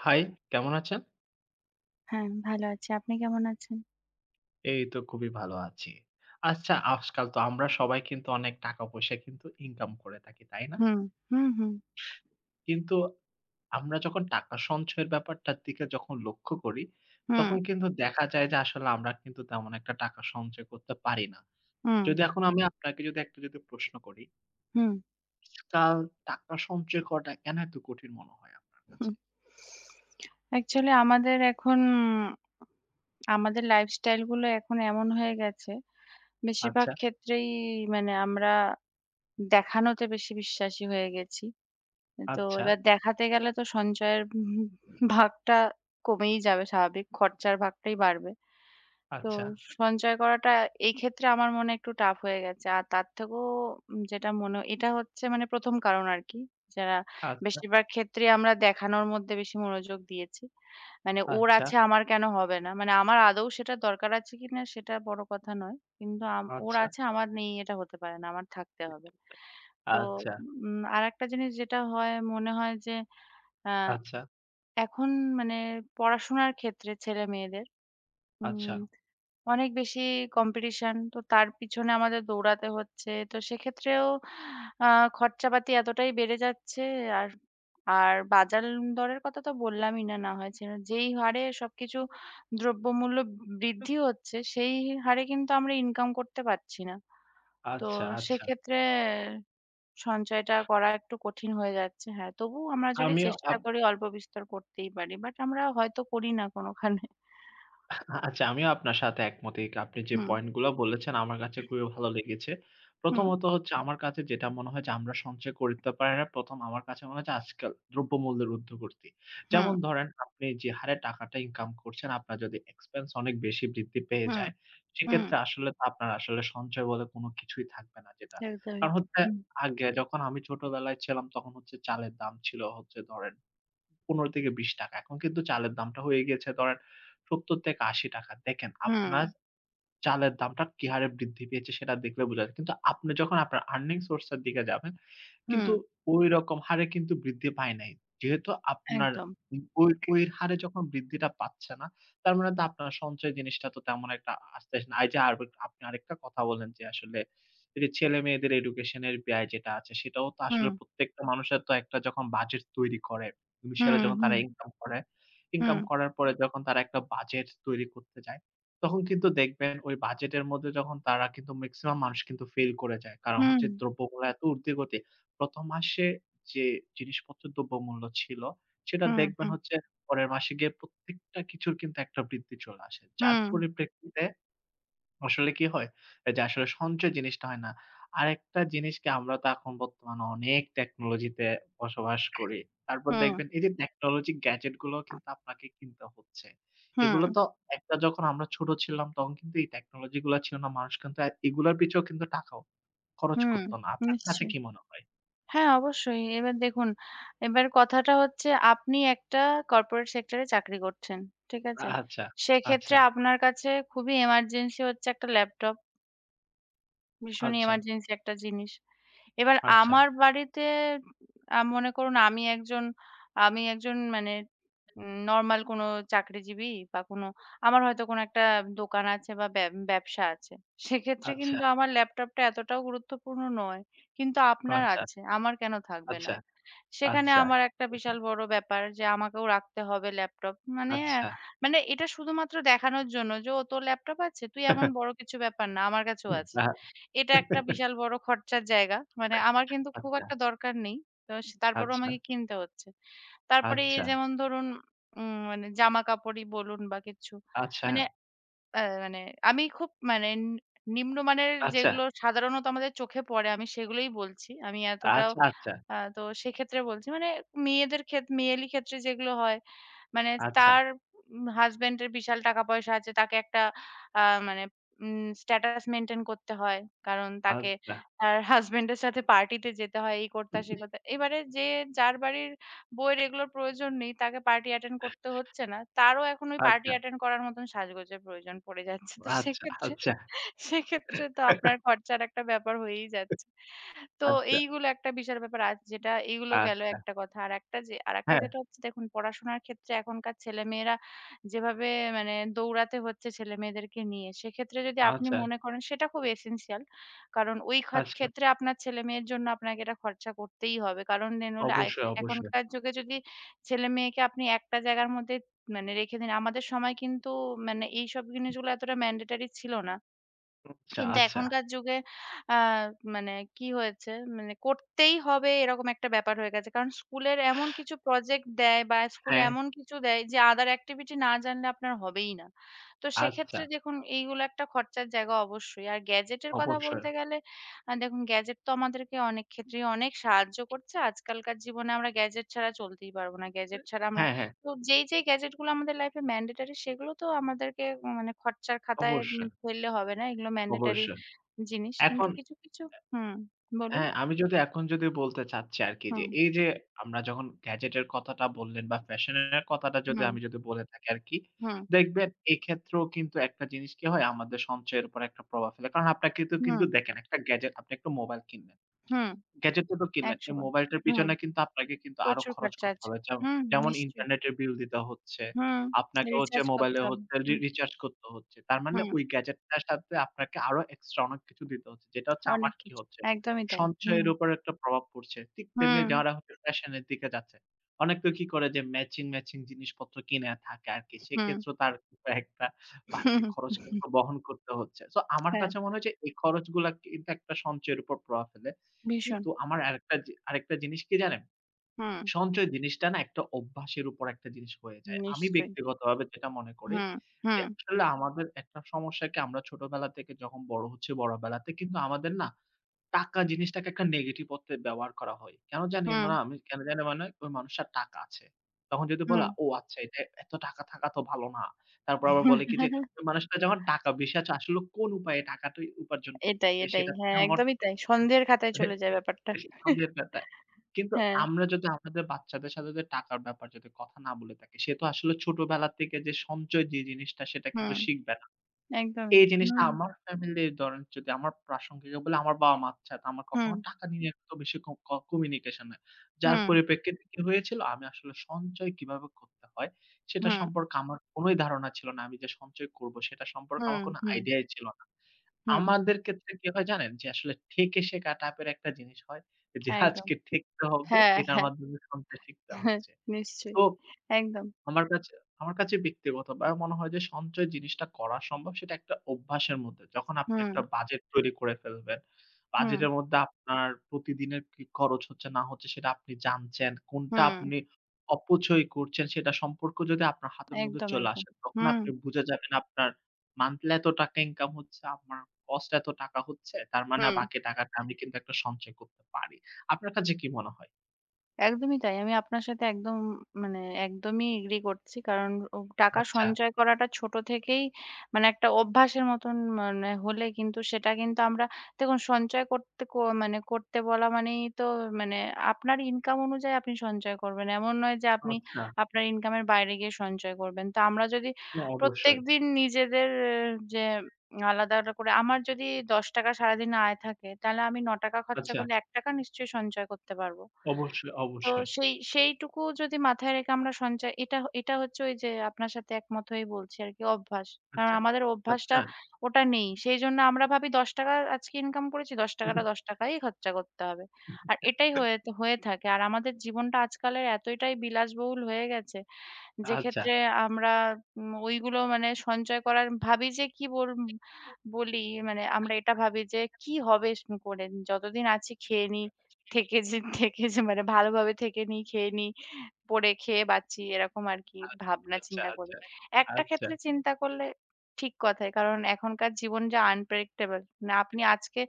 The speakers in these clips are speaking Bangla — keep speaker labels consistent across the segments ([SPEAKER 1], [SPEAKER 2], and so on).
[SPEAKER 1] হাই, কেমন আছেন?
[SPEAKER 2] হ্যাঁ, ভালো আছি। আপনি কেমন আছেন?
[SPEAKER 1] এই তো খুবই ভালো আছি। আচ্ছা, আজকাল তো আমরা সবাই কিন্তু অনেক টাকা-পয়সা কিন্তু ইনকাম করে থাকি, তাই না?
[SPEAKER 2] হুম, হুম, হুম,
[SPEAKER 1] কিন্তু আমরা যখন টাকা সঞ্চয়ের ব্যাপারটার দিকে যখন লক্ষ্য করি,
[SPEAKER 2] হুম,
[SPEAKER 1] তখন কিন্তু দেখা যায় যে আসলে আমরা কিন্তু তেমন একটা টাকা সঞ্চয় করতে পারি না।
[SPEAKER 2] হুম,
[SPEAKER 1] যদি এখন আমি আপনাকে যদি একটা প্রশ্ন করি,
[SPEAKER 2] হুম,
[SPEAKER 1] আজকাল টাকা সঞ্চয় করাটা কেন এত কঠিন মনে হয় আপনার কাছে?
[SPEAKER 2] হুম। অ্যাকচুয়ালি আমাদের লাইফস্টাইল গুলো এখন এমন হয়ে গেছে, বেশিরভাগ
[SPEAKER 1] আচ্ছা,
[SPEAKER 2] ক্ষেত্রেই মানে আমরা দেখানোতে বেশি বিশ্বাসী হয়ে গেছি। তো
[SPEAKER 1] আচ্ছা,
[SPEAKER 2] এবার দেখাতে গেলে তো সঞ্চয়ের ভাগটা কমেই যাবে স্বাভাবিক, খরচার ভাগটাই বাড়বে। তো
[SPEAKER 1] আচ্ছা,
[SPEAKER 2] সঞ্চয় করাটা এই ক্ষেত্রে আমার মনে একটু টাফ হয়ে গেছে। আর তার থেকেও যেটা মনে এটা হচ্ছে মানে ১ম কারণ আরকি। যারা
[SPEAKER 1] আচ্ছা,
[SPEAKER 2] বেশিরভাগ ক্ষেত্রেই আমরা দেখানোর মধ্যে বেশি মনোযোগ দিয়েছি। মানে ওর
[SPEAKER 1] আচ্ছা,
[SPEAKER 2] আছে আমার কেন হবে না? মানে আমার আদৌ সেটা দরকার আছে কিনা সেটা বড় কথা নয়। কিন্তু ওর
[SPEAKER 1] আচ্ছা,
[SPEAKER 2] আছে আমার নেই এটা হতে পারে না। আমার থাকতে হবে। তো
[SPEAKER 1] আচ্ছা,
[SPEAKER 2] আরেকটা জিনিস যেটা হয় মনে হয় যে আ
[SPEAKER 1] আচ্ছা,
[SPEAKER 2] এখন মানে পড়াশোনার ক্ষেত্রে ছেলেমেয়েদের
[SPEAKER 1] আচ্ছা।
[SPEAKER 2] উম অনেক বেশি কম্পিটিশন। তো তার পিছনে আমাদের দৌড়াতে হচ্ছে। তো সেক্ষেত্রেও আ খরচাপাতি এতটাই বেড়ে যাচ্ছে আর আর বাজার দরের কথা তো বললামই না, না হয় ছেড়ে। যেই হারে সবকিছু দ্রব্যমূল্য বৃদ্ধি হচ্ছে, সেই হারে কিন্তু আমরা ইনকাম করতে পারছি না। তো
[SPEAKER 1] আচ্ছা, আচ্ছা।
[SPEAKER 2] সেক্ষেত্রে সঞ্চয়টা করা একটু কঠিন হয়ে যাচ্ছে। হ্যাঁ, তবুও আমরা যদি
[SPEAKER 1] আমিও
[SPEAKER 2] চেষ্টা
[SPEAKER 1] আপ
[SPEAKER 2] করি অল্প বিস্তর করতেই পারি। বাট আমরা হয়তো করি না কোনোখানে।
[SPEAKER 1] আচ্ছা, আমিও আপনার সাথে একমত। এই আপনি যে
[SPEAKER 2] হুম,
[SPEAKER 1] পয়েন্ট গুলো বলেছেন আমার কাছে খুবই ভালো লেগেছে।
[SPEAKER 2] হুম,
[SPEAKER 1] প্রথমত হচ্ছে আমার কাছে যেটা মনে হয় যে আমরা সঞ্চয় করতে পারি না। ১ম আমার কাছে মনে হয় যে আজকাল দ্রব্যমূল্যের ঊর্ধ্বগতি।
[SPEAKER 2] হুম,
[SPEAKER 1] যেমন ধরেন আপনি যে হারে টাকাটা ইনকাম করছেন আপনার যদি এক্সপেন্স অনেক বেশি বৃদ্ধি পেয়ে
[SPEAKER 2] হুম,
[SPEAKER 1] যায়,
[SPEAKER 2] হুম।
[SPEAKER 1] সেক্ষেত্রে আসলে তো আপনার আসলে সঞ্চয় বলে কোনো কিছুই থাকবে না যেটা।
[SPEAKER 2] একদমই।
[SPEAKER 1] কারণ হচ্ছে
[SPEAKER 2] হুম,
[SPEAKER 1] আগে যখন আমি ছোটবেলায় ছিলাম তখন হচ্ছে চালের দাম ছিল হচ্ছে ধরেন ৳১৫-৳২০, এখন কিন্তু চালের দামটা হয়ে গিয়েছে ধরেন ৳৭০-৮০। দেখেন
[SPEAKER 2] হুম,
[SPEAKER 1] আপনার চালের দামটা কি হারে বৃদ্ধি পেয়েছে সেটা দেখলে বোঝা যায়। কিন্তু আপনি যখন আপনার earning source এর দিকে যাবেন,
[SPEAKER 2] হুম,
[SPEAKER 1] কিন্তু ওইরকম হারে কিন্তু বৃদ্ধি পায় নাই। যেহেতু আপনার
[SPEAKER 2] একদম।
[SPEAKER 1] উম ওই ওই হারে যখন বৃদ্ধিটা পাচ্ছে না, তার মানে তো আপনার সঞ্চয় জিনিসটা তো তেমন একটা আসতেছে না। এই যে আর আপনি আরেকটা কথা বললেন যে আসলে এই যে ছেলে-মেয়েদের এডুকেশন এর ব্যয় যেটা আছে সেটাও তো আসলে
[SPEAKER 2] হুম,
[SPEAKER 1] প্রত্যেকটা মানুষের তো একটা যখন বাজেট তৈরি করে, ইনিশিয়াল
[SPEAKER 2] হুম,
[SPEAKER 1] যখন তারা
[SPEAKER 2] হুম,
[SPEAKER 1] ইনকাম করে, ইনকাম
[SPEAKER 2] হুম,
[SPEAKER 1] করার পরে যখন তারা একটা বাজেট তৈরি করতে যায়, তখন কিন্তু দেখবেন ওই বাজেটের মধ্যে যখন তারা কিন্তু মেক্সিমাম মানুষ কিন্তু ফেইল করে যায়। কারণ
[SPEAKER 2] হুম,
[SPEAKER 1] হচ্ছে দ্রব্যমূল্য এত ঊর্ধ্বগতি ১ম মাসে যে জিনিসপত্রের দ্রব্যমূল্য ছিল, সেটা
[SPEAKER 2] হুম,
[SPEAKER 1] দেখবেন
[SPEAKER 2] হুম,
[SPEAKER 1] হচ্ছে পরের মাসে গিয়ে প্রত্যেকটা কিছুর কিন্তু একটা বৃদ্ধি চলে আসে। যার
[SPEAKER 2] হুম,
[SPEAKER 1] পরিপ্রেক্ষিতে আসলে কি হয়? এই যে আসলে সঞ্চয় জিনিসটা হয় না। আরেকটা জিনিস কি আমরা তো এখন বর্তমানে অনেক টেকনোলজিতে বসবাস করি। তারপর
[SPEAKER 2] হুম,
[SPEAKER 1] দেখবেন এই যে টেকনোলজি গ্যাজেট গুলোও কিন্তু আপনাকে কিনতে হচ্ছে।
[SPEAKER 2] হুম,
[SPEAKER 1] এগুলো তো একটা যখন আমরা ছোট ছিলাম তখন কিন্তু এই টেকনোলজি গুলা ছিল না। মানুষ কিন্তু এগুলার পিছেও কিন্তু টাকাও খরচ
[SPEAKER 2] হুম,
[SPEAKER 1] করত না। আপনার কাছে
[SPEAKER 2] নিশ্চয়ই।
[SPEAKER 1] কি মনে হয়?
[SPEAKER 2] হ্যাঁ, অবশ্যই। এবার দেখুন, এবার কথাটা হচ্ছে আপনি একটা কর্পোরেট সেক্টরে চাকরি করছেন। ঠিক আছে?
[SPEAKER 1] আচ্ছা,
[SPEAKER 2] সেক্ষেত্রে
[SPEAKER 1] আচ্ছা,
[SPEAKER 2] আপনার কাছে খুবই এমার্জেন্সি হচ্ছে একটা ল্যাপটপ। ভীষণই
[SPEAKER 1] আচ্ছা,
[SPEAKER 2] এমার্জেন্সি একটা জিনিস। এবার
[SPEAKER 1] আচ্ছা,
[SPEAKER 2] আমার বাড়িতে মনে করুন আমি একজন মানে নরমাল কোনো চাকরিজীবী বা কোনো আমার হয়তো কোনো একটা দোকান আছে বা ব্যবসা আছে। সেক্ষেত্রে
[SPEAKER 1] আচ্ছা,
[SPEAKER 2] কিন্তু আমার ল্যাপটপটা এতটাও গুরুত্বপূর্ণ নয়। কিন্তু আপনার আছে, আমার কেন থাকবে না?
[SPEAKER 1] আচ্ছা,
[SPEAKER 2] সেখানে
[SPEAKER 1] আচ্ছা,
[SPEAKER 2] আমার একটা বিশাল বড় ব্যাপার যে আমাকেও রাখতে হবে ল্যাপটপ।
[SPEAKER 1] আচ্ছা,
[SPEAKER 2] মানে আ
[SPEAKER 1] আচ্ছা,
[SPEAKER 2] মানে এটা শুধুমাত্র দেখানোর জন্য যে, "ও তোর ল্যাপটপ আছে? তুই এমন বড় কিছু ব্যাপার না, আমার কাছেও আছে।"
[SPEAKER 1] আ
[SPEAKER 2] এটা একটা বিশাল বড় খরচার জায়গা। মানে আমার কিন্তু খুব একটা দরকার নেই। তো
[SPEAKER 1] আচ্ছা,
[SPEAKER 2] তারপরেও
[SPEAKER 1] আচ্ছা,
[SPEAKER 2] আমাকে কিনতে হচ্ছে। তারপরে এই যেমন ধরুন মানে জামাকাপড়ই বলুন বা কিছু।
[SPEAKER 1] আচ্ছা,
[SPEAKER 2] মানে আ মানে আমি খুব মানে নিম্নমানের
[SPEAKER 1] আচ্ছা,
[SPEAKER 2] যেগুলো সাধারণত আমাদের চোখে পড়ে আমি সেগুলোই বলছি। আমি এতটাও তো সেক্ষেত্রে বলছি। মানে মেয়েদের মেয়েলি ক্ষেত্রে যেগুলো হয় মানে
[SPEAKER 1] আচ্ছা,
[SPEAKER 2] তার হাসব্যান্ড এর বিশাল টাকা-পয়সা আছে। তাকে একটা আ মানে স্ট্যাটাস মেইনটেইন করতে হয়। কারণ
[SPEAKER 1] আচ্ছা,
[SPEAKER 2] তাকে
[SPEAKER 1] আচ্ছা, আচ্ছা, আচ্ছা, আচ্ছা,
[SPEAKER 2] তার হাসব্যান্ড এর সাথে পার্টিতে যেতে হয়। এই করতে হয়, সে করতে হয়। এবারে যে যার বাড়ির বউয়ের এগুলোর প্রয়োজন নেই, তাকে পার্টি অ্যাটেন্ড করতে হচ্ছে না। তারও এখন ওই পার্টি অ্যাটেন্ড করার মতন সাজগোজের প্রয়োজন পড়ে যাচ্ছে। তো সেক্ষেত্রে
[SPEAKER 1] আচ্ছা,
[SPEAKER 2] সেক্ষেত্রে তো আপনার খরচার একটা ব্যাপার হয়েই যাচ্ছে। তো
[SPEAKER 1] আচ্ছা,
[SPEAKER 2] এইগুলো একটা বিশাল ব্যাপার। আর যেটা এইগুলো
[SPEAKER 1] আচ্ছা,
[SPEAKER 2] গেল
[SPEAKER 1] আচ্ছা,
[SPEAKER 2] একটা কথা। আরেকটা
[SPEAKER 1] হ্যাঁ,
[SPEAKER 2] যেটা হচ্ছে দেখুন পড়াশোনার ক্ষেত্রে এখনকার ছেলেমেয়েরা যেভাবে মানে দৌড়াতে হচ্ছে ছেলেমেয়েদেরকে নিয়ে, সেক্ষেত্রে যদি আপনি
[SPEAKER 1] আচ্ছা,
[SPEAKER 2] মনে করেন সেটা খুব এসেনশিয়াল। কারণ ওই
[SPEAKER 1] আচ্ছা,
[SPEAKER 2] ক্ষেত্রে আপনার ছেলেমেয়ের জন্য আপনাকে এটা খরচা করতেই হবে। কারণ নইলে আয়
[SPEAKER 1] অবশ্যই, অবশ্যই।
[SPEAKER 2] এখনকার যুগে যদি ছেলেমেয়েকে আপনি একটা জায়গার মধ্যে মানে রেখে দিন আমাদের সময় কিন্তু মানে এইসব জিনিসগুলো এতটা ম্যান্ডেটরি ছিল না।
[SPEAKER 1] আচ্ছা,
[SPEAKER 2] কিন্তু
[SPEAKER 1] আচ্ছা,
[SPEAKER 2] এখনকার যুগে আ মানে কি হয়েছে মানে করতেই হবে এরকম একটা ব্যাপার হয়ে গেছে। কারণ স্কুলের এমন কিছু প্রজেক্ট দেয় বা স্কুলে
[SPEAKER 1] হ্যাঁ,
[SPEAKER 2] এমন কিছু দেয় যে other activity না জানলে আপনার হবেই না। তো
[SPEAKER 1] আচ্ছা,
[SPEAKER 2] সেক্ষেত্রে দেখুন এইগুলো একটা খরচার জায়গা অবশ্যই। আর গ্যাজেটের কথা
[SPEAKER 1] অবশ্যই।
[SPEAKER 2] বলতে গেলে দেখুন গ্যাজেট তো আমাদেরকে অনেক ক্ষেত্রেই অনেক সাহায্য করছে। আজকালকার জীবনে আমরা গ্যাজেট ছাড়া চলতেই পারব না। গ্যাজেট ছাড়া আমরা
[SPEAKER 1] হ্যাঁ, হ্যাঁ,
[SPEAKER 2] তো যেই গ্যাজেট গুলো আমাদের লাইফ এ ম্যান্ডেটরি সেগুলো তো আমাদেরকে মানে খরচার খাতায়
[SPEAKER 1] অবশ্যই,
[SPEAKER 2] ফেললে হবে না। এগুলো ম্যান্ডেটরি
[SPEAKER 1] অবশ্যই।
[SPEAKER 2] জিনিস। কিন্তু
[SPEAKER 1] এখন
[SPEAKER 2] কিছু, কিছু হুম, বলুন।
[SPEAKER 1] হ্যাঁ, আমি যদি এখন যদি বলতে চাচ্ছি আরকি যে,
[SPEAKER 2] হুম,
[SPEAKER 1] এই যে আমরা যখন গ্যাজেটের কথাটা বললেন বা ফ্যাশন এর কথাটা যদি
[SPEAKER 2] হুম,
[SPEAKER 1] আমি যদি বলে থাকি আরকি,
[SPEAKER 2] হুম,
[SPEAKER 1] দেখবেন এক্ষেত্রেও কিন্তু একটা জিনিস কি হয় আমাদের সঞ্চয়ের উপর একটা প্রভাব ফেলে। কারণ আপনাকে তো কিন্তু
[SPEAKER 2] হুম,
[SPEAKER 1] দেখেন একটা গ্যাজেট আপনি একটা মোবাইল কিনলেন।
[SPEAKER 2] হুম,
[SPEAKER 1] গ্যাজেট টা তো কিনলেন। এই
[SPEAKER 2] একসময়।
[SPEAKER 1] মোবাইলটার
[SPEAKER 2] হুম,
[SPEAKER 1] পিছনে কিন্তু আপনাকে কিন্তু আরো
[SPEAKER 2] প্রচুর
[SPEAKER 1] খরচ
[SPEAKER 2] খরচা
[SPEAKER 1] করতে
[SPEAKER 2] আছে।
[SPEAKER 1] হবে।
[SPEAKER 2] হুম,
[SPEAKER 1] যেমন
[SPEAKER 2] নিশ্চয়ই।
[SPEAKER 1] ইন্টারনেটের বিল দিতে হচ্ছে।
[SPEAKER 2] হুম,
[SPEAKER 1] আপনাকে হচ্ছে
[SPEAKER 2] রিচার্জ
[SPEAKER 1] মোবাইলে
[SPEAKER 2] করতে হবে।
[SPEAKER 1] হচ্ছে
[SPEAKER 2] হুম,
[SPEAKER 1] রিচার্জ করতে হচ্ছে। তার মানে
[SPEAKER 2] হুম,
[SPEAKER 1] ওই গ্যাজেটটার সাথে আপনাকে আরো এক্সট্রা অনেক কিছু দিতে হচ্ছে। যেটা হচ্ছে আমার
[SPEAKER 2] অনেক
[SPEAKER 1] কি
[SPEAKER 2] কিছু।
[SPEAKER 1] হচ্ছে,
[SPEAKER 2] একদমই তাই। হুম,
[SPEAKER 1] সঞ্চয়ের উপর একটা প্রভাব পড়ছে। ঠিক তেমনি
[SPEAKER 2] হুম,
[SPEAKER 1] যারা হচ্ছে ফ্যাশন এর দিকে যাচ্ছে। অনেক তো কি করে যে ম্যাচিং, ম্যাচিং জিনিসপত্র কিনে থাকে আরকি।
[SPEAKER 2] হুম,
[SPEAKER 1] সেক্ষেত্রেও তার কিন্তু একটা বাড়তি খরচ কিন্তু বহন করতে হচ্ছে। সো আমার
[SPEAKER 2] হ্যাঁ,
[SPEAKER 1] কাছে মনে হয় যে এই খরচগুলা কিন্তু একটা সঞ্চয়ের উপর প্রভাব ফেলে।
[SPEAKER 2] ভীষণ।
[SPEAKER 1] কিন্তু আমার আরেকটা জিনিস কি জানেন?
[SPEAKER 2] হুম,
[SPEAKER 1] সঞ্চয় জিনিসটা না একটা অভ্যাসের উপর একটা জিনিস হয়ে যায়। আমি
[SPEAKER 2] নিশ্চয়ই।
[SPEAKER 1] ব্যক্তিগতভাবে যেটা মনে করি
[SPEAKER 2] হুম,
[SPEAKER 1] যে,
[SPEAKER 2] হুম,
[SPEAKER 1] আসলে আমাদের একটা সমস্যাকে আমরা ছোটবেলা থেকে যখন বড় হচ্ছি, বড়বেলাতে কিন্তু আমাদের না টাকা জিনিসটাকে একটা নেগেটিভ অর্থে ব্যবহার করা হয়। কেন জানি
[SPEAKER 2] হুম,
[SPEAKER 1] মানে আমি কেন জানি মনে হয় ওই মানুষটার টাকা আছে। তখন যদি বলা,
[SPEAKER 2] হুম।
[SPEAKER 1] "ও আচ্ছা এটা এত টাকা থাকা তো ভালো না।" তারপর আবার বলে কি যে, ওই মানুষটা যখন টাকা বেশি আছে আসলে কোন উপায়ে টাকাটা উপার্জন
[SPEAKER 2] এটাই,
[SPEAKER 1] করতেছে
[SPEAKER 2] এটাই।
[SPEAKER 1] সেটা
[SPEAKER 2] হ্যাঁ,
[SPEAKER 1] থেকে আমার
[SPEAKER 2] একদমই তাই। সন্দেহের খাতায় চলে যায় ব্যাপারটা।
[SPEAKER 1] বেশি সন্দেহের ব্যাপার। কিন্তু
[SPEAKER 2] হ্যাঁ,
[SPEAKER 1] আমরা যদি আমাদের বাচ্চাদের সাথে যে টাকার ব্যাপার যদি কথা না বলে থাকি, সে তো আসলে ছোটবেলা থেকে যে সঞ্চয় যে জিনিসটা সেটা কিন্তু
[SPEAKER 2] হুম,
[SPEAKER 1] শিখবে না।
[SPEAKER 2] একদমই।
[SPEAKER 1] এই জিনিসটা
[SPEAKER 2] হুম,
[SPEAKER 1] আমার ফ্যামিলির ধরেন যদি আমার প্রাসঙ্গিক বলে আমার বাবা-মা আচ্ছা তা আমার কখনো
[SPEAKER 2] হুম,
[SPEAKER 1] টাকা নিয়ে এত বেশি ক ক কমিউনিকেশন হয়। যার
[SPEAKER 2] হুম,
[SPEAKER 1] পরিপ্রেক্ষিতে কি হয়েছিল আমি আসলে সঞ্চয় কিভাবে করতে হয় সেটা
[SPEAKER 2] হুম,
[SPEAKER 1] সম্পর্কে আমার কোনই ধারণা ছিল না। আমি যে সঞ্চয় করব সেটা সম্পর্কে
[SPEAKER 2] হুম,
[SPEAKER 1] আমার কোন
[SPEAKER 2] হুম,
[SPEAKER 1] আইডিয়াই ছিল না।
[SPEAKER 2] হুম,
[SPEAKER 1] আমাদের ক্ষেত্রে কি হয় জানেন? যে আসলে ঠেকে শেখা টাইপের একটা জিনিস হয়। যে
[SPEAKER 2] হ্যাঁ, একদম।
[SPEAKER 1] আজকে ঠেকতে হবে,
[SPEAKER 2] হ্যাঁ,
[SPEAKER 1] এটার
[SPEAKER 2] হ্যাঁ,
[SPEAKER 1] মাধ্যমে সঞ্চয় শিখতে
[SPEAKER 2] হ্যাঁ,
[SPEAKER 1] হচ্ছে।
[SPEAKER 2] নিশ্চয়ই।
[SPEAKER 1] তো
[SPEAKER 2] একদম।
[SPEAKER 1] আমার কাছে আমার কাছে ব্যক্তিগতভাবে মনে হয় যে সঞ্চয় জিনিসটা করা সম্ভব সেটা একটা অভ্যাসের মধ্যে। যখন আপনি
[SPEAKER 2] হুম,
[SPEAKER 1] একটা বাজেট তৈরি করে ফেলবেন।
[SPEAKER 2] হুম,
[SPEAKER 1] বাজেটের মধ্যে আপনার প্রতিদিনের কি খরচ হচ্ছে না হচ্ছে সেটা আপনি জানছেন। কোনটা
[SPEAKER 2] হুম,
[SPEAKER 1] আপনি অপচয় করছেন সেটা সম্পর্ক যদি আপনার হাতের মধ্যে
[SPEAKER 2] একদম,
[SPEAKER 1] চলে
[SPEAKER 2] একদম।
[SPEAKER 1] আসে, তখন
[SPEAKER 2] হুম,
[SPEAKER 1] আপনি বুঝে যাবেন আপনার মান্থলি এত টাকা ইনকাম হচ্ছে, আমার কস্ট এত টাকা হচ্ছে। তার মানে
[SPEAKER 2] হুম।
[SPEAKER 1] বাকি টাকাটা আমি কিন্তু একটা সঞ্চয় করতে পারি। আপনার কাছে কি মনে হয়?
[SPEAKER 2] একদমই তাই। আমি আপনার সাথে একদম মানে একদমই এগ্রি করছি। কারণ ও টাকা
[SPEAKER 1] আচ্ছা,
[SPEAKER 2] সঞ্চয় করাটা ছোট থেকেই মানে একটা অভ্যাসের মতন মানে হলে কিন্তু সেটা কিন্তু আমরা দেখুন সঞ্চয় করতে মানে করতে বলা মানেই তো মানে আপনার ইনকাম অনুযায়ী আপনি সঞ্চয় করবেন। এমন নয় যে আপনি
[SPEAKER 1] আচ্ছা।
[SPEAKER 2] আপনার ইনকামের বাইরে গিয়ে সঞ্চয় করবেন। তো আমরা যদি
[SPEAKER 1] হ্যাঁ, অবশ্যই।
[SPEAKER 2] প্রত্যেকদিন নিজেদের যে আলাদা, আলাদা করে আমার যদি ৳১০ সারাদিন আয় থাকে, তাহলে আমি ৳৯ খরচা
[SPEAKER 1] আচ্ছা।
[SPEAKER 2] করলে ৳১ নিশ্চয়ই সঞ্চয় করতে পারব।
[SPEAKER 1] অবশ্যই,
[SPEAKER 2] তো
[SPEAKER 1] অবশ্যই।
[SPEAKER 2] সেইটুকু যদি মাথায় রেখে আমরা সঞ্চয় এটা এটা হচ্ছে ওই যে আপনার সাথে একমত হয়ে বলছি আরকি অভ্যাস। কারণ
[SPEAKER 1] আচ্ছা,
[SPEAKER 2] আমাদের
[SPEAKER 1] আচ্ছা,
[SPEAKER 2] অভ্যাসটা ওটা নেই। সেইজন্য আমরা ভাবি ৳১০ আজকে ইনকাম করেছি ৳১০ টা ৳১০ ই খরচা করতে হবে। আর এটাই হয়ে হয়ে থাকে। আর আমাদের জীবনটা আজকালের এতটাই বিলাসবহুল হয়ে গেছে
[SPEAKER 1] আচ্ছা।
[SPEAKER 2] যেক্ষেত্রে আমরা ওইগুলো মানে সঞ্চয় করার ভাবি যে কি বলি মানে আমরা এটা ভাবি যে কি হবে করে যতদিন আছি খেয়ে নিই থেকে যে থেকে যে মানে ভালোভাবে থেকে নিই খেয়ে নিই পড়ে খেয়ে বাঁচি এরকম আরকি ভাবনা
[SPEAKER 1] আচ্ছা,
[SPEAKER 2] চিন্তা করে।
[SPEAKER 1] আচ্ছা, আচ্ছা,
[SPEAKER 2] একটা
[SPEAKER 1] আচ্ছা,
[SPEAKER 2] ক্ষেত্রে চিন্তা করলে ঠিক কথাই। কারণ এখনকার জীবন যা unpredictable মানে আপনি আজকে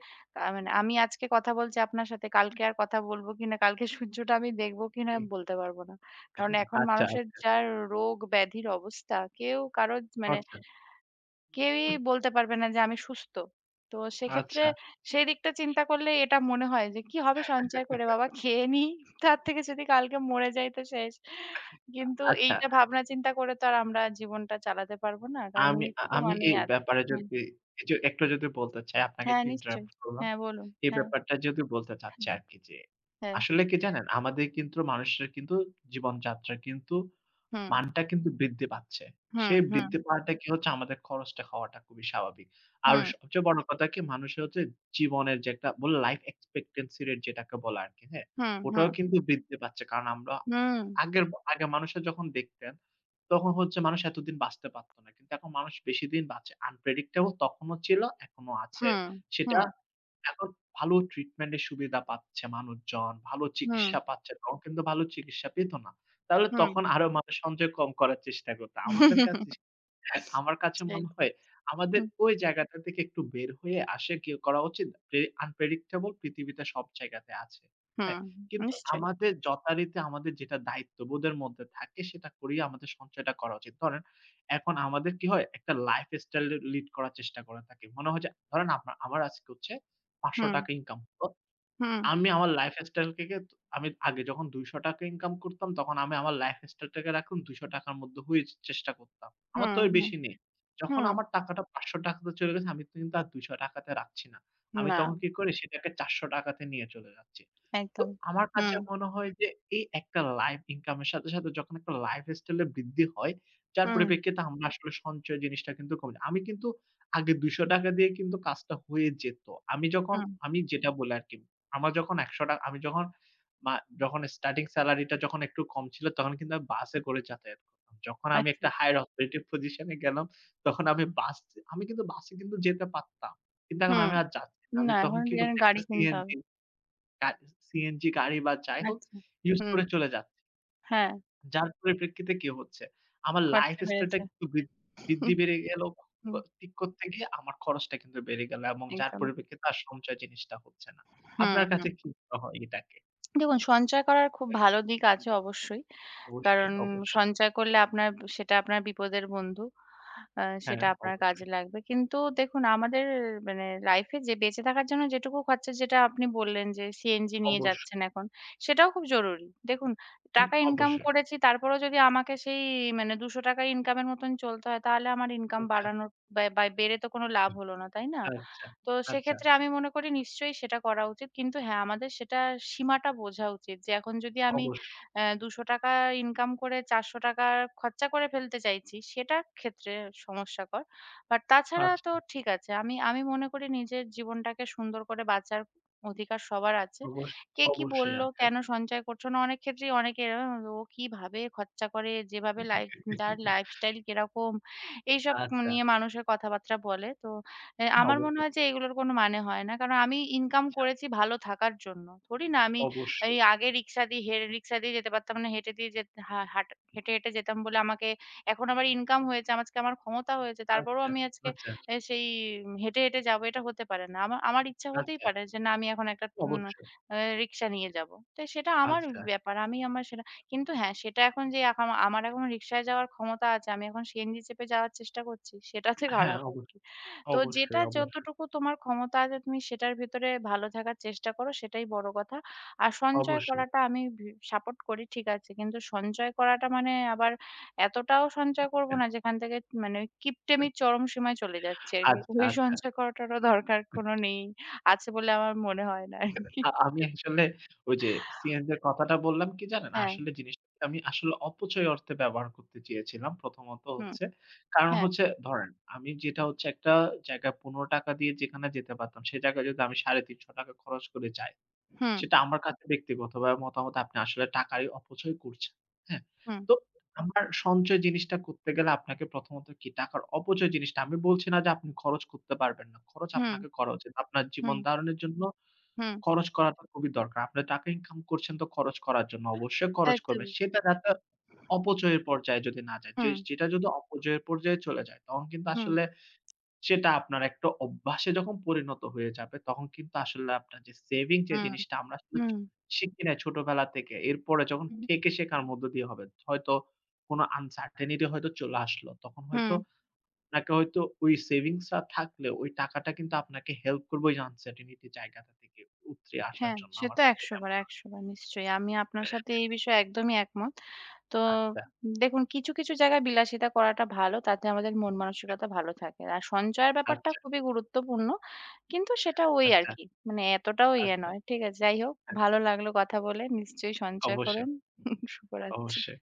[SPEAKER 2] মানে আমি আজকে কথা বলছি আপনার সাথে কালকে আর কথা বলব কিনা, কালকে সূর্যটা আমি দেখবো কিনা বলতে পারব না। কারণ এখন
[SPEAKER 1] আচ্ছা,
[SPEAKER 2] মানুষের যা রোগ ব্যাধির অবস্থা কেউ কারো মানে
[SPEAKER 1] আচ্ছা,
[SPEAKER 2] কেউই বলতে পারবে না যে আমি সুস্থ। তো সেক্ষেত্রে
[SPEAKER 1] আচ্ছা,
[SPEAKER 2] সেই দিকটা চিন্তা করলে এটা মনে হয় যে, "কি হবে সঞ্চয় করে বাবা খেয়ে নিই। তার থেকে যদি কালকে মরে যাই তো শেষ।" কিন্তু
[SPEAKER 1] আচ্ছা।
[SPEAKER 2] এইটা ভাবনা চিন্তা করে তো আর আমরা জীবনটা চালাতে পারবো না। কারণ
[SPEAKER 1] আমি
[SPEAKER 2] মৃত্যু
[SPEAKER 1] আমি
[SPEAKER 2] মানেই
[SPEAKER 1] এই
[SPEAKER 2] আছে।
[SPEAKER 1] ব্যাপারে
[SPEAKER 2] হুম।
[SPEAKER 1] যদি কিছু একটু যদি বলতে চাই, আপনাকে
[SPEAKER 2] হ্যাঁ,
[SPEAKER 1] একটু
[SPEAKER 2] নিশ্চয়ই।
[SPEAKER 1] ইন্টারাপ্ট করলাম।
[SPEAKER 2] হ্যাঁ, বলুন।
[SPEAKER 1] এই
[SPEAKER 2] হ্যাঁ,
[SPEAKER 1] ব্যাপারটা যদি বলতে চাচ্ছি আরকি যে,
[SPEAKER 2] হ্যাঁ।
[SPEAKER 1] আসলে কি জানেন? আমাদের কিন্তু মানুষের কিন্তু জীবনযাত্রা কিন্তু
[SPEAKER 2] হুম,
[SPEAKER 1] মানটা কিন্তু বৃদ্ধি পাচ্ছে।
[SPEAKER 2] হুম,
[SPEAKER 1] সেই
[SPEAKER 2] হুম,
[SPEAKER 1] বৃদ্ধি পাওয়াটা কি হচ্ছে আমাদের খরচটা হওয়াটা খুবই স্বাভাবিক। আর
[SPEAKER 2] হুম,
[SPEAKER 1] সবচেয়ে বড় কথা কি মানুষের হচ্ছে জীবনের যে একটা বলে লাইফ এক্সপেক্টেন্সি রেট যেটাকে বলে আরকি, হ্যাঁ?
[SPEAKER 2] হুম,
[SPEAKER 1] ওটাও
[SPEAKER 2] হুম,
[SPEAKER 1] কিন্তু বৃদ্ধি পাচ্ছে। কারণ আমরা
[SPEAKER 2] হুম,
[SPEAKER 1] আগের আগে মানুষের যখন দেখতেন, তখন হচ্ছে মানুষ এতদিন বাঁচতে পারত না। কিন্তু এখন মানুষ বেশি দিন বাঁচে। আনপ্রেডিক্টেবল তখনও ছিল, এখনো আছে।
[SPEAKER 2] হুম,
[SPEAKER 1] সেটা
[SPEAKER 2] হুম,
[SPEAKER 1] এখন ভালো ট্রিটমেন্ট এর সুবিধা পাচ্ছে মানুষজন, ভালো
[SPEAKER 2] হুম,
[SPEAKER 1] চিকিৎসা পাচ্ছে। তখন কিন্তু ভালো চিকিৎসা পেত না। তাহলে
[SPEAKER 2] হুম।
[SPEAKER 1] তখন আরো মানুষ সঞ্চয় কম করার চেষ্টা করত। আমাদের কাছে আমার কাছে
[SPEAKER 2] সেই।
[SPEAKER 1] মনে হয় আমাদের
[SPEAKER 2] হুম,
[SPEAKER 1] ওই জায়গাটা থেকে একটু বের হয়ে আসে কি করা উচিত? প্রে আনপ্রেডিক্টেবল পৃথিবীতে সব জায়গাতে আছে। হ্যাঁ?
[SPEAKER 2] হুম।
[SPEAKER 1] কিন্তু
[SPEAKER 2] নিশ্চয়ই।
[SPEAKER 1] আমাদের যথারীতি আমাদের যেটা দায়িত্ববোধের মধ্যে থাকে সেটা করেই আমাদের সঞ্চয়টা করা উচিত। ধরেন এখন আমাদের কি হয়? একটা লাইফ স্টাইল লিড করার চেষ্টা করে থাকি। মনে হয় যে ধরেন আপনার আমার আজকে হচ্ছে ৳৫০০
[SPEAKER 2] হুম,
[SPEAKER 1] ইনকাম হলো।
[SPEAKER 2] হুম,
[SPEAKER 1] আমি আমার লাইফস্টাইল থেকে আমি আগে যখন ৳২০০ ইনকাম করতাম, তখন আমি আমার লাইফস্টাইল টাকে রাখুন ৳২০০ র মধ্যে হয়ে যে- চেষ্টা করতাম। আমার
[SPEAKER 2] হুম,
[SPEAKER 1] তো এর
[SPEAKER 2] হুম।
[SPEAKER 1] বেশি নেই। যখন
[SPEAKER 2] হুম,
[SPEAKER 1] আমার টাকাটা ৳৫০০ তে চলে গেছে, আমি তো কিন্তু আর ৳২০০ তে রাখছি না। আমি
[SPEAKER 2] না
[SPEAKER 1] তখন কি করি সেটাকে ৳৪০০ তে নিয়ে চলে যাচ্ছি। তো
[SPEAKER 2] একদম।
[SPEAKER 1] আমার কাছে
[SPEAKER 2] হুম,
[SPEAKER 1] মনে হয় যে এই একটা লাইফ ইনকাম এর সাথে, সাথে যখন একটা লাইফস্টাইল এর বৃদ্ধি হয়, যার
[SPEAKER 2] হুম,
[SPEAKER 1] পরিপ্রেক্ষিতে আমরা আসলে সঞ্চয় জিনিসটা কিন্তু কমে যায়। আমি কিন্তু আগে ৳২০০ দিয়ে কিন্তু কাজটা হয়ে যেত। আমি যখন
[SPEAKER 2] হুম,
[SPEAKER 1] আমি যেটা বলি আরকি। আমার যখন ৳১০০ আমি যখন মা যখন স্টার্টিং সেলারিটা যখন একটু কম ছিল, তখন কিন্তু আমি বাসে করে যাতায়াত করতাম। যখন আমি একটা
[SPEAKER 2] আচ্ছা।
[SPEAKER 1] হায়ার অথরিটি পজিশন এ গেলাম, তখন আমি আমি কিন্তু বাসে কিন্তু যেতে পারতাম। কিন্তু এখন
[SPEAKER 2] হুম,
[SPEAKER 1] আমি আর যাচ্ছি না। আমি
[SPEAKER 2] না
[SPEAKER 1] তখন
[SPEAKER 2] এখন
[SPEAKER 1] কি
[SPEAKER 2] এর
[SPEAKER 1] করছি একটা
[SPEAKER 2] গাড়ি কিনতে হবে।
[SPEAKER 1] গা সিএনজি গাড়ি বা যাই হোক
[SPEAKER 2] আচ্ছা।
[SPEAKER 1] ইউজ
[SPEAKER 2] হুম,
[SPEAKER 1] করে চলে যাচ্ছি।
[SPEAKER 2] হ্যাঁ,
[SPEAKER 1] যার পরিপ্রেক্ষিতে কি হচ্ছে? আমার লাইফ
[SPEAKER 2] খরচা
[SPEAKER 1] স্টাইলটা
[SPEAKER 2] বেড়েছে।
[SPEAKER 1] কিন্তু বৃদ্ধি
[SPEAKER 2] হুম,
[SPEAKER 1] বেড়ে গেল।
[SPEAKER 2] হুম,
[SPEAKER 1] ঠিক করতে গিয়ে আমার খরচটা কিন্তু বেড়ে গেল এবং যার
[SPEAKER 2] একদম।
[SPEAKER 1] পরিপ্রেক্ষিতে আর সঞ্চয় জিনিসটা হচ্ছে না।
[SPEAKER 2] হুম,
[SPEAKER 1] আপনার
[SPEAKER 2] হুম।
[SPEAKER 1] কাছে কি মনে হয় এটাকে?
[SPEAKER 2] দেখুন সঞ্চয় করার খুব ভালো দিক আছে অবশ্যই।
[SPEAKER 1] অবশ্যই,
[SPEAKER 2] কারণ
[SPEAKER 1] অবশ্যই।
[SPEAKER 2] সঞ্চয় করলে আপনার সেটা আপনার বিপদের বন্ধু।
[SPEAKER 1] হ্যাঁ,
[SPEAKER 2] সেটা আপনার
[SPEAKER 1] অবশ্যই,
[SPEAKER 2] কাজে লাগবে। কিন্তু দেখুন আমাদের মানে লাইফে যে বেঁচে থাকার জন্য যেটুকু খরচা যেটা আপনি বললেন যে সিএনজি নিয়ে
[SPEAKER 1] অবশ্যই,
[SPEAKER 2] যাচ্ছেন এখন, সেটাও খুব জরুরি। দেখুন
[SPEAKER 1] হুম,
[SPEAKER 2] টাকা ইনকাম
[SPEAKER 1] অবশ্যই।
[SPEAKER 2] করেছি তারপরেও যদি আমাকে সেই মানে ৳২০০ ইনকামের মতন চলতে হয় তাহলে আমার ইনকাম
[SPEAKER 1] আচ্ছা,
[SPEAKER 2] বাড়ানোর বা বা বেড়ে তো কোনো লাভ হলো না, তাই না?
[SPEAKER 1] আচ্ছা,
[SPEAKER 2] তো
[SPEAKER 1] আচ্ছা,
[SPEAKER 2] সেক্ষেত্রে আমি মনে করি নিশ্চয়ই সেটা করা উচিত। কিন্তু হ্যাঁ, আমাদের সেটার সীমাটা বোঝা উচিত যে এখন যদি আমি
[SPEAKER 1] অবশ্যই।
[SPEAKER 2] ৳২০০ ইনকাম করে ৳৪০০ খরচা করে ফেলতে চাইছি, সেটার ক্ষেত্রে সমস্যাকর। বাট তাছাড়া তো
[SPEAKER 1] আচ্ছা,
[SPEAKER 2] ঠিক আছে। আমি আমি মনে করি নিজের জীবনটাকে সুন্দর করে বাঁচার অধিকার সবার আছে।
[SPEAKER 1] অবশ্যই,
[SPEAKER 2] কে কি
[SPEAKER 1] অবশ্যই
[SPEAKER 2] বলল,
[SPEAKER 1] আছে।
[SPEAKER 2] কেন সঞ্চয় করছো না? অনেক ক্ষেত্রেই অনেকে এরকম "ও কিভাবে খরচা করে? যেভাবে লাইফ তার লাইফস্টাইল কিরকম?" এইসব
[SPEAKER 1] আচ্ছা,
[SPEAKER 2] নিয়ে মানুষের কথাবার্তা বলে। তো
[SPEAKER 1] হ্যাঁ,
[SPEAKER 2] আমার মনে
[SPEAKER 1] অবশ্যই।
[SPEAKER 2] হয় যে এগুলোর কোনো মানে হয় না। কারণ আমি ইনকাম
[SPEAKER 1] আচ্ছা,
[SPEAKER 2] করেছি ভালো থাকার জন্য। থোড়ি না আমি এই
[SPEAKER 1] অবশ্যই।
[SPEAKER 2] আগে রিক্সা দিয়ে রিক্সা দিয়ে যেতে পারতাম না, হেঁটে দিয়ে যেত হা হাট হেঁটে, হেঁটে যেতাম বলে আমাকে এখন আমার ইনকাম হয়েছে, আমার- আজকে আমার ক্ষমতা হয়েছে। তারপরেও
[SPEAKER 1] আচ্ছা,
[SPEAKER 2] আমি আজকে
[SPEAKER 1] আচ্ছা,
[SPEAKER 2] সেই হেঁটে, হেঁটে যাবো এটা হতে পারে না। আমার ইচ্ছা হতেই
[SPEAKER 1] আচ্ছা,
[SPEAKER 2] পারে যে না আমি এখন একটা উম
[SPEAKER 1] অবশ্যই।
[SPEAKER 2] আ রিক্সা নিয়ে যাবো। তো সেটা আমার
[SPEAKER 1] আচ্ছা,
[SPEAKER 2] ব্যাপার। আমি আমার সেটা কিন্তু হ্যাঁ, সেটা এখন যে আমার এখন রিক্সায় যাওয়ার ক্ষমতা আছে, আমি এখন সিএনজি চেপে যাওয়ার চেষ্টা করছি, সেটাতে
[SPEAKER 1] হ্যাঁ,
[SPEAKER 2] খারাপ আরকি।
[SPEAKER 1] অবশ্যই,
[SPEAKER 2] তো
[SPEAKER 1] অবশ্যই,
[SPEAKER 2] যেটা
[SPEAKER 1] অবশ্যই,
[SPEAKER 2] যতটুকু তোমার ক্ষমতা আছে তুমি সেটার ভিতরে ভালো থাকার চেষ্টা করো সেটাই বড় কথা। আর সঞ্চয়
[SPEAKER 1] অবশ্যই।
[SPEAKER 2] করাটা আমি সাপোর্ট করি ঠিক আছে। কিন্তু সঞ্চয় করাটা মানে আবার এতটাও সঞ্চয় করব না যেখান থেকে মানে ওই কিপটেমির চরম সীমায় চলে যাচ্ছি আরকি।
[SPEAKER 1] আচ্ছা,
[SPEAKER 2] ওই
[SPEAKER 1] আচ্ছা।
[SPEAKER 2] সঞ্চয় করাটারও দরকার কোনো নেই। আছে বলে আমার মনে হয় না আরকি।
[SPEAKER 1] আমি আসলে ওই যে সিএনজির কথাটা বললাম কি জানেন?
[SPEAKER 2] হ্যাঁ,
[SPEAKER 1] আসলে জিনিসটা আমি আসলে অপচয় অর্থে ব্যবহার করতে চেয়েছিলাম। প্রথমত
[SPEAKER 2] হুম,
[SPEAKER 1] হচ্ছে কারণ
[SPEAKER 2] হ্যাঁ,
[SPEAKER 1] হচ্ছে ধরেন আমি যেটা হচ্ছে একটা জায়গায় ৳১৫ দিয়ে যেখানে যেতে পারতাম, সে জায়গায় যদি আমি ৳৩৫০ খরচ করে যাই,
[SPEAKER 2] হুম,
[SPEAKER 1] সেটা আমার কাছে ব্যক্তিগতভাবে মতামত আপনি আসলে টাকারই অপচয় করছেন। হ্যাঁ?
[SPEAKER 2] হুম,
[SPEAKER 1] তো আমার সঞ্চয় জিনিসটা করতে গেলে আপনাকে প্রথমত কি টাকার অপচয় জিনিসটা আমি বলছি না যে আপনি খরচ করতে পারবেন না। খরচ
[SPEAKER 2] হুম,
[SPEAKER 1] আপনাকে করা উচিত। আপনার জীবন
[SPEAKER 2] হুম,
[SPEAKER 1] ধারণের জন্য
[SPEAKER 2] হুম,
[SPEAKER 1] খরচ করাটা খুবই দরকার। আপনি টাকা ইনকাম করছেন তো খরচ করার জন্য। অবশ্যই খরচ করবেন।
[SPEAKER 2] একদমই।
[SPEAKER 1] সেটা যাতে অপচয়ের পর্যায়ে যদি না যায়। যে
[SPEAKER 2] হুম,
[SPEAKER 1] যেটা যদি অপচয়ের পর্যায়ে চলে যায়, তখন কিন্তু
[SPEAKER 2] হুম,
[SPEAKER 1] আসলে সেটা আপনার একটা অভ্যাসে যখন পরিণত হয়ে যাবে, তখন কিন্তু আসলে আপনার যে সেভিং যে
[SPEAKER 2] হুম,
[SPEAKER 1] জিনিসটা আমরা আসলে
[SPEAKER 2] হুম,
[SPEAKER 1] শিখি নাই ছোটবেলা থেকে। এরপরে যখন
[SPEAKER 2] হুম,
[SPEAKER 1] থেকে শেখার মধ্য দিয়ে হবে। হয়তো কোনো আনসার্টেনিটি হয়তো চলে আসলো। তখন
[SPEAKER 2] হুম।
[SPEAKER 1] হয়তো আপনাকে হয়তো ওই সেভিংস টা থাকলেও ওই টাকাটা কিন্তু আপনাকে হেল্প করবে ওই আনসার্টেনিটি জায়গাটা থেকে উতরে আসার
[SPEAKER 2] হ্যাঁ,
[SPEAKER 1] জন্য।
[SPEAKER 2] সে
[SPEAKER 1] আমার
[SPEAKER 2] তো
[SPEAKER 1] কাছে
[SPEAKER 2] ১০০
[SPEAKER 1] এটা
[SPEAKER 2] বার,
[SPEAKER 1] মনে হয়।
[SPEAKER 2] ১০০ বার নিশ্চয়ই। আমি আপনার সাথে এই বিষয়ে একদমই একমত। তো
[SPEAKER 1] আচ্ছা,
[SPEAKER 2] দেখুন কিছু, কিছু জায়গায় বিলাসিতা করাটা ভালো। তাতে আমাদের মন মানসিকতা ভালো থাকে। আর সঞ্চয়ের ব্যাপারটা
[SPEAKER 1] আচ্ছা,
[SPEAKER 2] খুবই গুরুত্বপূর্ণ। কিন্তু সেটা ওই
[SPEAKER 1] আচ্ছা,
[SPEAKER 2] আরকি। মানে এতটাও ইয়ে
[SPEAKER 1] আচ্ছা,
[SPEAKER 2] নয়। ঠিক আছে? যাই হোক
[SPEAKER 1] আচ্ছা।
[SPEAKER 2] ভালো লাগলো কথা বলে। নিশ্চয়ই সঞ্চয়
[SPEAKER 1] অবশ্যই,
[SPEAKER 2] করুন। শুভরাত্রি।
[SPEAKER 1] অবশ্যই।